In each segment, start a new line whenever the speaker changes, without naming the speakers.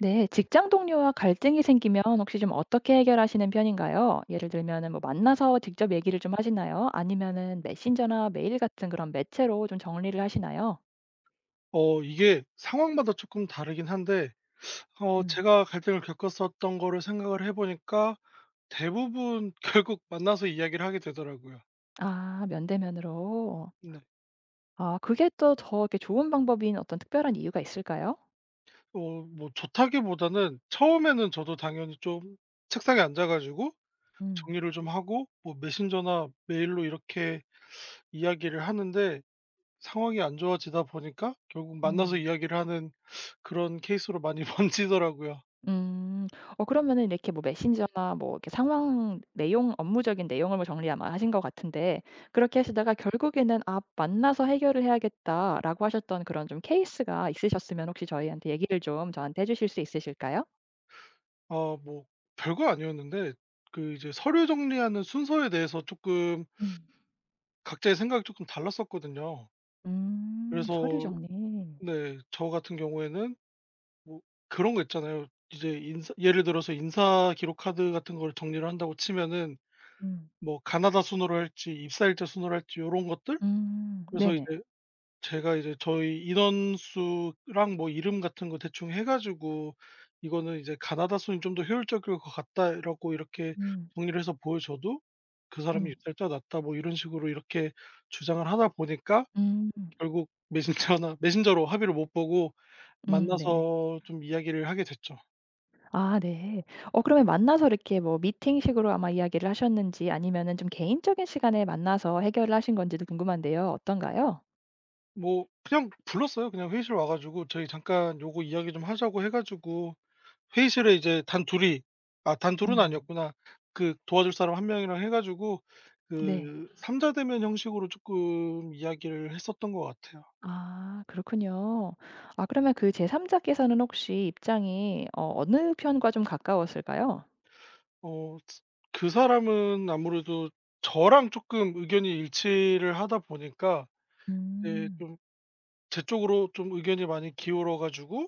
네, 직장 동료와 갈등이 생기면 혹시 좀 어떻게 해결하시는 편인가요? 예를 들면은 뭐 만나서 직접 얘기를 좀 하시나요? 아니면은 메신저나 메일 같은 그런 매체로 좀 정리를 하시나요?
이게 상황마다 조금 다르긴 한데,
음.
제가 갈등을 겪었었던 거를 생각을 해 보니까 대부분 결국 만나서 이야기를 하게 되더라고요.
아, 면대면으로.
네.
아, 그게 또 더 이렇게 좋은 방법인 어떤 특별한 이유가 있을까요?
뭐 좋다기보다는, 처음에는 저도 당연히 좀 책상에 앉아 가지고
음.
정리를 좀 하고 뭐 메신저나 메일로 이렇게 이야기를 하는데, 상황이 안 좋아지다 보니까 결국 만나서
음.
이야기를 하는 그런 케이스로 많이 번지더라고요.
음. 그러면은 이렇게 뭐 메신저나 뭐 이렇게 상황 내용 업무적인 내용을 뭐 정리 아마 하신 것 같은데 그렇게 하시다가 결국에는 '아 만나서 해결을 해야겠다.'라고 하셨던 그런 좀 케이스가 있으셨으면 혹시 저희한테 얘기를 좀 저한테 해 주실 수 있으실까요?
아 뭐 별거 아니었는데, 그 이제 서류 정리하는 순서에 대해서 조금
음.
각자의 생각이 조금 달랐었거든요.
음. 서류
그래서,
정리.
네, 저 같은 경우에는 뭐 그런 거 있잖아요. 이제 인사, 예를 들어서 인사 기록 카드 같은 거를 정리를 한다고 치면은
음.
뭐 가나다 순으로 할지, 입사일자 순으로 할지, 이런 것들?
음.
그래서
네네.
이제 제가 이제 저희 인원수랑 뭐 이름 같은 거 대충 해 가지고 "이거는 이제 가나다 손이 좀 더 효율적일 것 같다."라고 이렇게
음.
정리를 해서 보여줘도, 그 사람이
음.
"유찰자 낫다." 뭐 이런 식으로 이렇게 주장을 하다 보니까
음.
결국 메신저나 메신저로 합의를 못 보고
네네.
만나서 좀 이야기를 하게 됐죠.
아 네. 그러면 만나서 이렇게 뭐 미팅식으로 아마 이야기를 하셨는지 아니면은 좀 개인적인 시간에 만나서 해결을 하신 건지도 궁금한데요. 어떤가요?
뭐 그냥 불렀어요. 그냥 회의실 와 가지고 "저희 잠깐 요거 이야기 좀 하자."고 해 가지고 회의실에 이제 단 둘이, 아 단 둘은
음.
아니었구나. 그 도와줄 사람 한 명이랑 해 가지고
네.
그 삼자 대면 형식으로 쪼끔 이야기를 했었던 것 같아요.
아 그렇군요. 아 그러면 그 제3 자께서는 혹시 입장이 어느 편과 좀 가까웠을까요?
어 츠 그 사람은 아무래도 저랑 쪼끔 의견이 일치를 하다 보니까, 예,
음.
좀 제 쪽으로 좀 의견이 많이 기울어 가지고,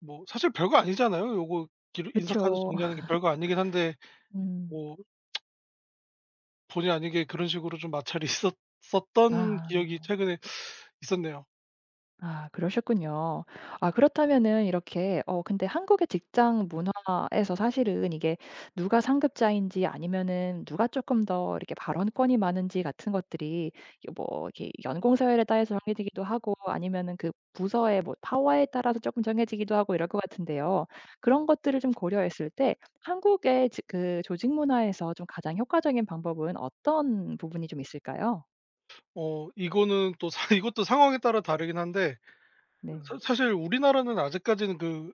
뭐 사실 별거 아니잖아요. 요거, 기 인사 카드
그쵸.
정리하는 게 별거 아니긴 한데,
음.
뭐 본의 아니게 그런 식으로 좀 마찰이 있었 었던 기억이
아.
최근에 있었네요.
아 그러셨군요. 아 그렇다면은 이렇게 근데 한국의 직장 문화에서 사실은 이게 누가 상급자인지 아니면은 누가 조금 더 이렇게 발언권이 많은지 같은 것들이 이게 뭐 이렇게 연공 서열에 따라서 정해지기도 하고 아니면은 그 부서의 뭐 파워에 따라서 조금 정해지기도 하고 이럴 것 같은데요. 그런 것들을 좀 고려했을 때 한국의 지 그 조직 문화에서 좀 가장 효과적인 방법은 어떤 부분이 좀 있을까요?
이거는 또 사 이것도 상황에 따라 다르긴 한데, 사
네.
사실 우리나라는 아직까지는 그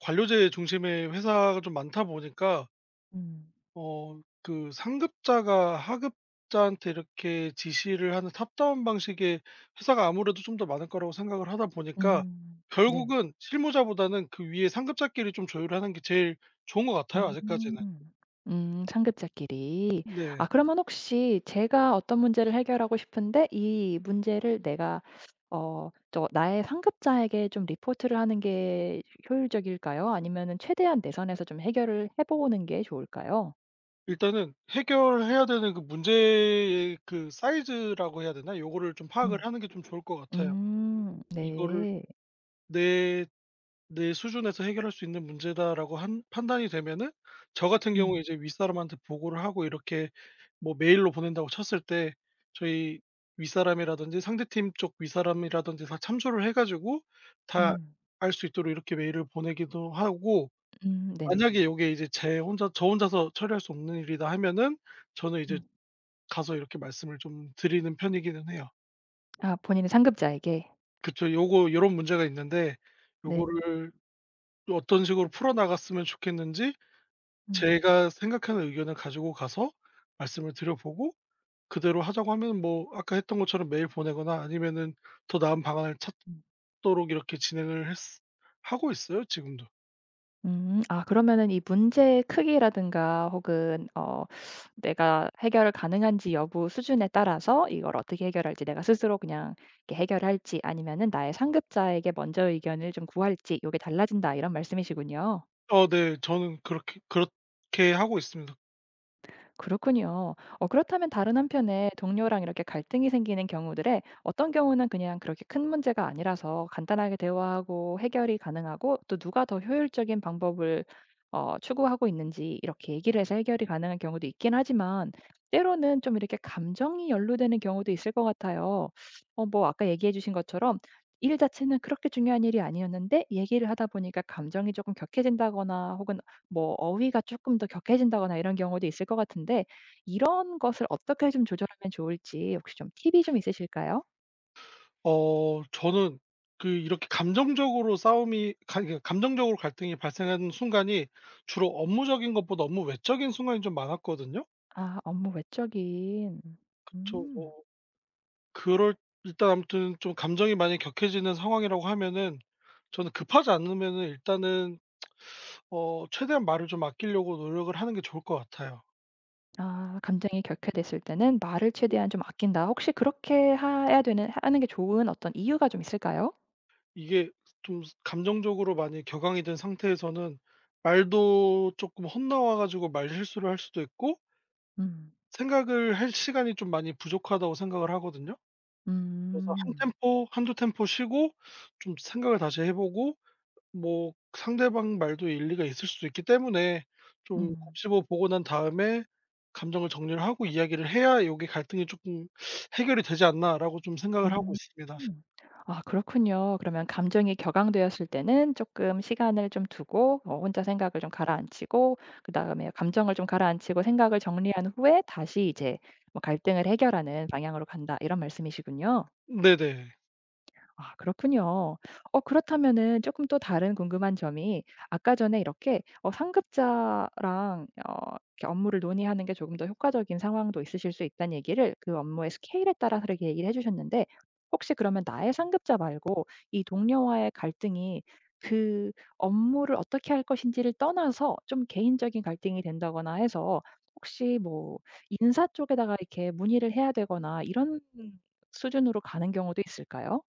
관료제 중심의 회사가 좀 많다 보니까,
음.
그 상급자가 하급자한테 이렇게 지시를 하는 탑다운 방식의 회사가 아무래도 좀 더 많을 거라고 생각을 하다 보니까,
음. 네.
결국은 실무자보다는 그 위에 상급자끼리 좀 조율하는 게 제일 좋은 것 같아요, 아직까지는.
음. 상급자끼리.
네.
아 그러면 혹시 제가 어떤 문제를 해결하고 싶은데 이 문제를 내가 나의 상급자에게 좀 리포트를 하는 게 효율적일까요? 아니면은 최대한 내 선에서 좀 해결을 해 보는 게 좋을까요?
일단은 해결해야 되는 그 문제의 그 사이즈라고 해야 되나? 요거를 좀 파악을
음.
하는 게 좀 좋을 것 같아요. 이거를
네.
'내 내 수준에서 해결할 수 있는 문제다.'라고 한 판단이 되면은, 저 같은 경우에
음.
이제 윗사람한테 보고를 하고 이렇게 뭐 메일로 보낸다고 쳤을 때 저희 윗사람이라든지 상대팀 쪽 윗사람이라든지 다 참조를 해 가지고 다
음.
알 수 있도록 이렇게 메일을 보내기도 하고,
네네.
만약에 이게 이제 제 혼자 저 혼자서 처리할 수 없는 일이다 하면은 저는 이제
음.
가서 이렇게 말씀을 좀 드리는 편이기는 해요.
아 본인의 상급자에게.
그쵸. 요거, 요런 문제가 있는데
네.
요거를 또 어떤 식으로 풀어 나갔으면 좋겠는지
음.
제가 생각하는 의견을 가지고 가서 말씀을 드려 보고, 그대로 하자고 하면 뭐 아까 했던 것처럼 메일 보내거나, 아니면은 더 나은 방안을 찾도록 이렇게 진행을 했 하고 있어요, 지금도.
음. 아 그러면은 이 문제의 크기라든가 혹은 내가 해결 을 가능한지 여부 수준에 따라서 이걸 어떻게 해결할지 내가 스스로 그냥 이렇게 해결할지 아니면은 나의 상급자에게 먼저 의견을 좀 구할지 요게 달라진다 이런 말씀이시군요.
네. 저는 그렇게 그렇게 하고 있습니다.
그렇군요. 어, 그렇다면 다른 한편에 동료랑 이렇게 갈등이 생기는 경우들에 어떤 경우는 그냥 그렇게 큰 문제가 아니라서 간단하게 대화하고 해결이 가능하고 또 누가 더 효율적인 방법을 추구하고 있는지 이렇게 얘기를 해서 해결이 가능한 경우도 있긴 하지만 때로는 좀 이렇게 감정이 연루되는 경우도 있을 것 같아요. 어, 뭐 아까 얘기해 주신 것처럼 일 자체는 그렇게 중요한 일이 아니었는데 얘기를 하다 보니까 감정이 조금 격해진다거나 혹은 뭐 어휘가 조금 더 격해진다거나 이런 경우도 있을 것 같은데 이런 것을 어떻게 좀 조절하면 좋을지 혹시 좀 팁이 좀 있으실까요?
저는 그 이렇게 감정적으로 싸움이 가 그러니까 감정적으로 갈등이 발생하는 순간이 주로 업무적인 것보다 업무 외적인 순간이 좀 많았거든요.
아 업무 외적인
저 어,
음.
그럴 일단 아무튼 좀 감정이 많이 격해지는 상황이라고 하면은, 저는 급하지 않으면은 일단은 최대한 말을 좀 아끼려고 노력을 하는 게 좋을 것 같아요.
아 감정이 격해됐을 때는 말을 최대한 좀 아낀다. 혹시 그렇게 해야 되는 하는 게 좋은 어떤 이유가 좀 있을까요?
이게 좀 감정적으로 많이 격앙이 된 상태에서는 말도 조금 헛나와 가지고 말실수를 할 수도 있고,
음.
생각을 할 시간이 좀 많이 부족하다고 생각을 하거든요. 그래서 한
음.
템포, 한두 템포 쉬고 좀 생각을 다시 해 보고, 뭐 상대방 말도 일리가 있을 수도 있기 때문에 좀
음.
곱씹어 보고 난 다음에 감정을 정리를 하고 이야기를 해야 여게 '갈등이 조금 해결이 되지 않나.'라고 좀 생각을 하고
음.
있습니다.
아 그렇군요. 그러면 감정이 격앙되었을 때는 조금 시간을 좀 두고 혼자 생각을 좀 가라앉히고 그다음에 감정을 좀 가라앉히고 생각을 정리한 후에 다시 이제 뭐 갈등을 해결하는 방향으로 간다 이런 말씀이시군요.
네네.
아 그렇군요. 그렇다면은 조금 또 다른 궁금한 점이 아까 전에 이렇게 상급자랑 이렇게 업무를 논의하는 게 조금 더 효과적인 상황도 있으실 수 있다는 얘기를 그 업무의 스케일에 따라서 이렇게 얘기를 해 주셨는데 혹시 그러면 나의 상급자 말고 이 동료와의 갈등이 그 업무를 어떻게 할 것인지를 떠나서 좀 개인적인 갈등이 된다거나 해서 혹시 뭐 인사 쪽에다가 이렇게 문의를 해야 되거나 이런 수준으로 가는 경우도 있을까요?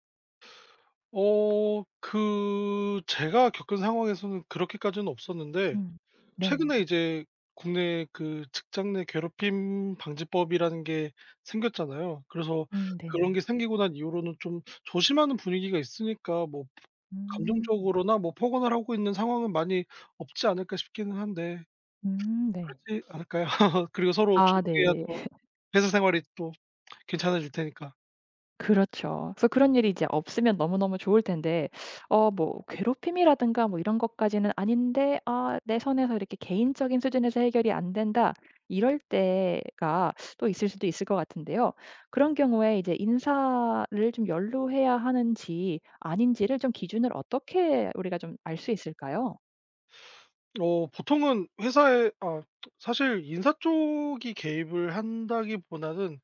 그 제가 겪은 상황에서는 그렇게까지는 없었는데,
음. 네네.
최근에 이제 국내 그 직장 내 괴롭힘 방지법이라는 게 생겼잖아요. 그래서 그런
네네.
게 생기고 난 이후로는 좀 조심하는 분위기가 있으니까, 뭐
음.
감정적으로나 뭐 폭언을 하고 있는 상황은 많이 없지 않을까 싶기는 한데,
네.
그렇지 않을까요? 그리고 서로
아
존중해야
네.
또 회사 생활이 또 괜찮아질 테니까.
그렇죠. 그래서 그런 일이 이제 없으면 너무너무 좋을 텐데 뭐 괴롭힘이라든가 뭐 이런 것까지는 아닌데 '아 내 선에서 이렇게 개인적인 수준에서 해결이 안 된다.' 이럴 때가 또 있을 수도 있을 것 같은데요. 그런 경우에 이제 인사를 좀 연루해야 하는지 아닌지를 좀 기준을 어떻게 우리가 좀 알 수 있을까요?
보통은 회사에, 사실 인사 쪽이 개입을 한다기보다는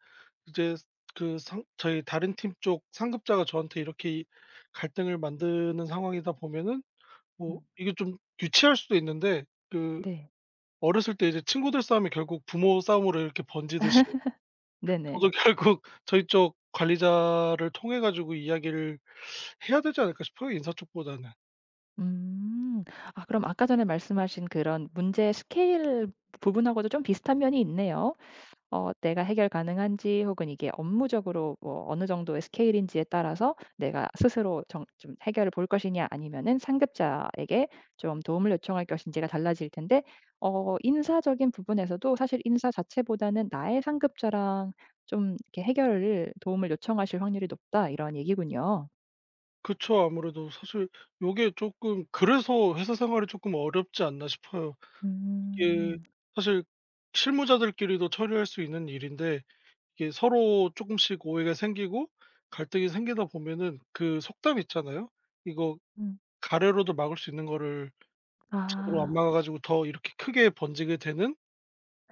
이제 그 상 저희 다른 팀 쪽 상급자가 저한테 이렇게 갈등을 만드는 상황이다 보면은,
음.
뭐 이게 좀 유치할 수도 있는데 그
네.
어렸을 때 이제 친구들 싸움이 결국 부모 싸움으로 이렇게 번지듯이
네네.
저도 결국 저희 쪽 관리자를 통해 가지고 이야기를 해야 되지 않을까 싶어요, 인사 쪽보다는.
음. 아 그럼 아까 전에 말씀하신 그런 문제 스케일 부분하고도 좀 비슷한 면이 있네요. 내가 해결 가능한지 혹은 이게 업무적으로 뭐 어느 정도의 스케일인지에 따라서 내가 스스로 정 좀 해결을 볼 것이냐 아니면은 상급자에게 좀 도움을 요청할 것인지가 달라질 텐데 인사적인 부분에서도 사실 인사 자체보다는 나의 상급자랑 좀 이렇게 해결을 도움을 요청하실 확률이 높다 이런 얘기군요.
그쵸. 아무래도 사실 요게 조금, 그래서 회사 생활이 조금 어렵지 않나 싶어요. 이게
음.
사실 실무자들끼리도 처리할 수 있는 일인데, 이게 서로 조금씩 오해가 생기고 갈등이 생기다 보면은 그 속담 있잖아요. 이거,
음.
가래로도 막을 수 있는 거를 제대로 안
아.
막아 가지고 더 이렇게 크게 번지게 되는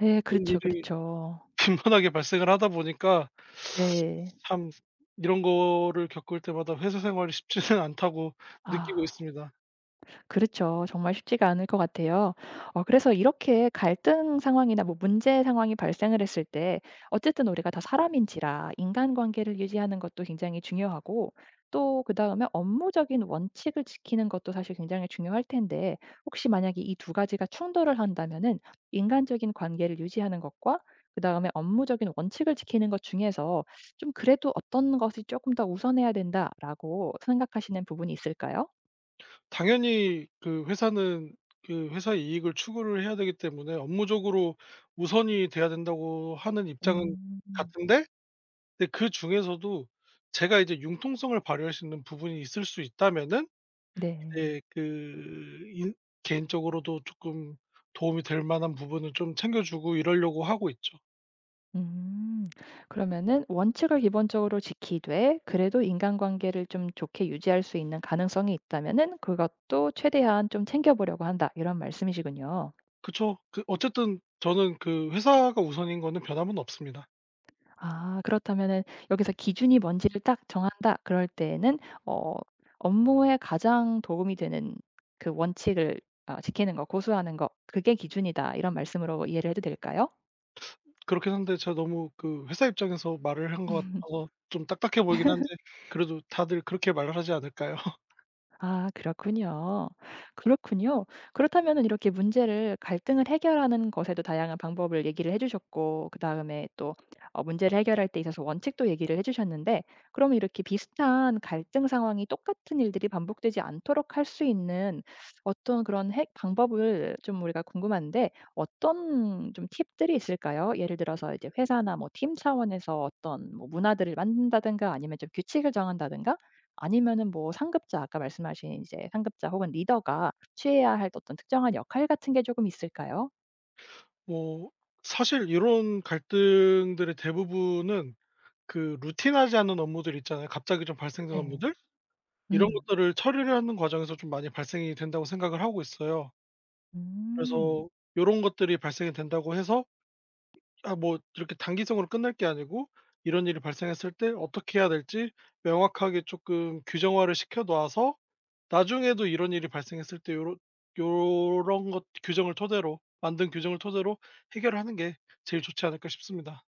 네,
그런
그렇죠,
일이
그렇죠.
빈번하게 발생을 하다 보니까,
네.
참 이런 거를 겪을 때마다 회사 생활이 쉽지는 않다고 느끼고
아.
있습니다.
그렇죠. 정말 쉽지가 않을 것 같아요. 그래서 이렇게 갈등 상황이나 뭐 문제 상황이 발생을 했을 때 어쨌든 우리가 다 사람인지라 인간관계를 유지하는 것도 굉장히 중요하고 또 그다음에 업무적인 원칙을 지키는 것도 사실 굉장히 중요할 텐데 혹시 만약에 이 두 가지가 충돌을 한다면은 인간적인 관계를 유지하는 것과 그다음에 업무적인 원칙을 지키는 것 중에서 좀 그래도 '어떤 것이 조금 더 우선해야 된다.'라고 생각하시는 부분이 있을까요?
당연히 그 회사는 그 회사의 이익을 추구를 해야 되기 때문에 업무적으로 우선이 돼야 된다고 하는 입장은
음.
같은데, 근데 그중에서도 제가 이제 융통성을 발휘할 수 있는 부분이 있을 수 있다면은
네.
이제 그 인 개인적으로도 조금 도움이 될 만한 부분을 좀 챙겨 주고 이러려고 하고 있죠.
음. 그러면은 원칙을 기본적으로 지키되 그래도 인간관계를 좀 좋게 유지할 수 있는 가능성이 있다면은 그것도 최대한 좀 챙겨 보려고 한다. 이런 말씀이시군요.
그쵸. 그 어쨌든 저는 그 회사가 우선인 거는 변함은 없습니다.
아 그렇다면은 여기서 기준이 뭔지를 딱 정한다 그럴 때에는 어 업무에 가장 도움이 되는 그 원칙을 아 지키는 거 고수하는 거 그게 기준이다. 이런 말씀으로 이해를 해도 될까요?
그렇긴 한데 제가 너무 그 회사 입장에서 말을 한 것 같아서 좀 딱딱해 보이긴 한데, 그래도 다들 그렇게 말을 하지 않을까요?
아 그렇군요. 그렇군요. 그렇다면은 이렇게 문제를 갈등을 해결하는 것에도 다양한 방법을 얘기를 해 주셨고 그다음에 또 문제를 해결할 때 있어서 원칙도 얘기를 해 주셨는데 그러면 이렇게 비슷한 갈등 상황이 똑같은 일들이 반복되지 않도록 할 수 있는 어떤 그런 해 방법을 좀 우리가 궁금한데 어떤 좀 팁들이 있을까요? 예를 들어서 이제 회사나 뭐 팀 차원에서 어떤 뭐 문화들을 만든다든가 아니면 좀 규칙을 정한다든가? 아니면은 뭐 상급자 아까 말씀하신 이제 상급자 혹은 리더가 취해야 할 어떤 특정한 역할 같은 게 조금 있을까요?
뭐 사실 이런 갈등들의 대부분은 그 루틴하지 않은 업무들 있잖아요. 갑자기 좀 발생된
네.
업무들? 이런
음.
것들을 처리를 하는 과정에서 좀 많이 발생이 된다고 생각을 하고 있어요.
음.
그래서 이런 것들이 발생이 된다고 해서 아 뭐 이렇게 단기성으로 끝날 게 아니고, 이런 일이 발생했을 때 어떻게 해야 될지 명확하게 조금 규정화를 시켜 놓아서 나중에도 이런 일이 발생했을 때 요런 요런 것 규정을 토대로 만든 규정을 토대로 해결 하는 게 제일 좋지 않을까 싶습니다.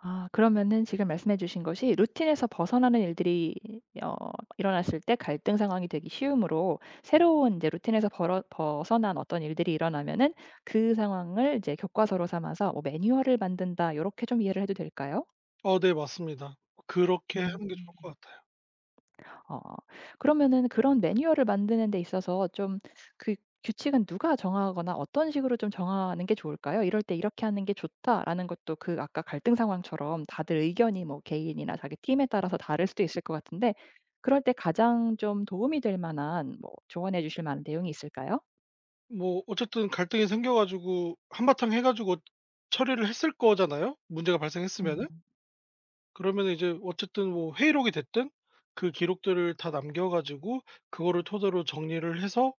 아 그러면은 지금 말씀해 주신 것이 루틴에서 벗어나는 일들이 어 일어났을 때 갈등 상황이 되기 쉬우므로 새로운 이제 루틴에서 벌어 벗어난 어떤 일들이 일어나면은 그 상황을 이제 교과서로 삼아서 뭐 매뉴얼을 만든다 이렇게 좀 이해를 해도 될까요?
네, 맞습니다. 그렇게
음.
하는 게 좋을 것 같아요.
어. 그러면은 그런 매뉴얼을 만드는 데 있어서 좀 그 규칙은 누가 정하거나 어떤 식으로 좀 정하는 게 좋을까요? '이럴 때 이렇게 하는 게 좋다.'라는 것도 그 아까 갈등 상황처럼 다들 의견이 뭐 개인이나 자기 팀에 따라서 다를 수도 있을 것 같은데 그럴 때 가장 좀 도움이 될 만한 뭐 조언해 주실 만한 내용이 있을까요?
뭐 어쨌든 갈등이 생겨 가지고 한바탕 해 가지고 처리를 했을 거잖아요, 문제가 발생했으면은.
음.
그러면 이제 어쨌든 뭐 회의록이 됐든 그 기록들을 다 남겨 가지고 그거를 토대로 정리를 해서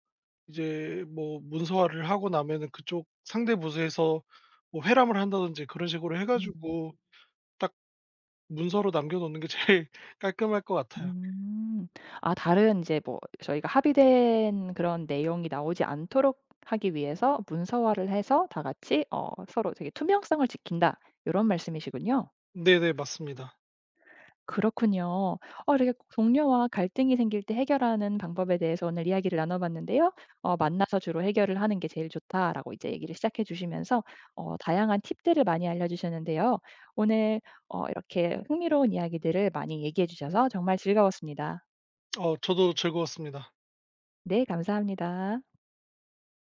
이제 뭐 문서화를 하고 나면은 그쪽 상대 부서에서 뭐 회람을 한다든지 그런 식으로 해
음.
가지고 딱 문서로 남겨 놓는 게 제일 깔끔할 것 같아요.
음. 아 다른 이제 뭐 저희가 합의된 그런 내용이 나오지 않도록 하기 위해서 문서화를 해서 다 같이 서로 되게 투명성을 지킨다 요런 말씀이시군요.
네네, 맞습니다.
그렇군요. 어 이렇게 동료와 갈등이 생길 때 해결하는 방법에 대해서 오늘 이야기를 나눠 봤는데요. "만나서 주로 해결을 하는 게 제일 좋다."라고 이제 얘기를 시작해 주시면서 다양한 팁들을 많이 알려 주셨는데요. 오늘 이렇게 흥미로운 이야기들을 많이 얘기해 주셔서 정말 즐거웠습니다.
저도 즐거웠습니다.
네, 감사합니다.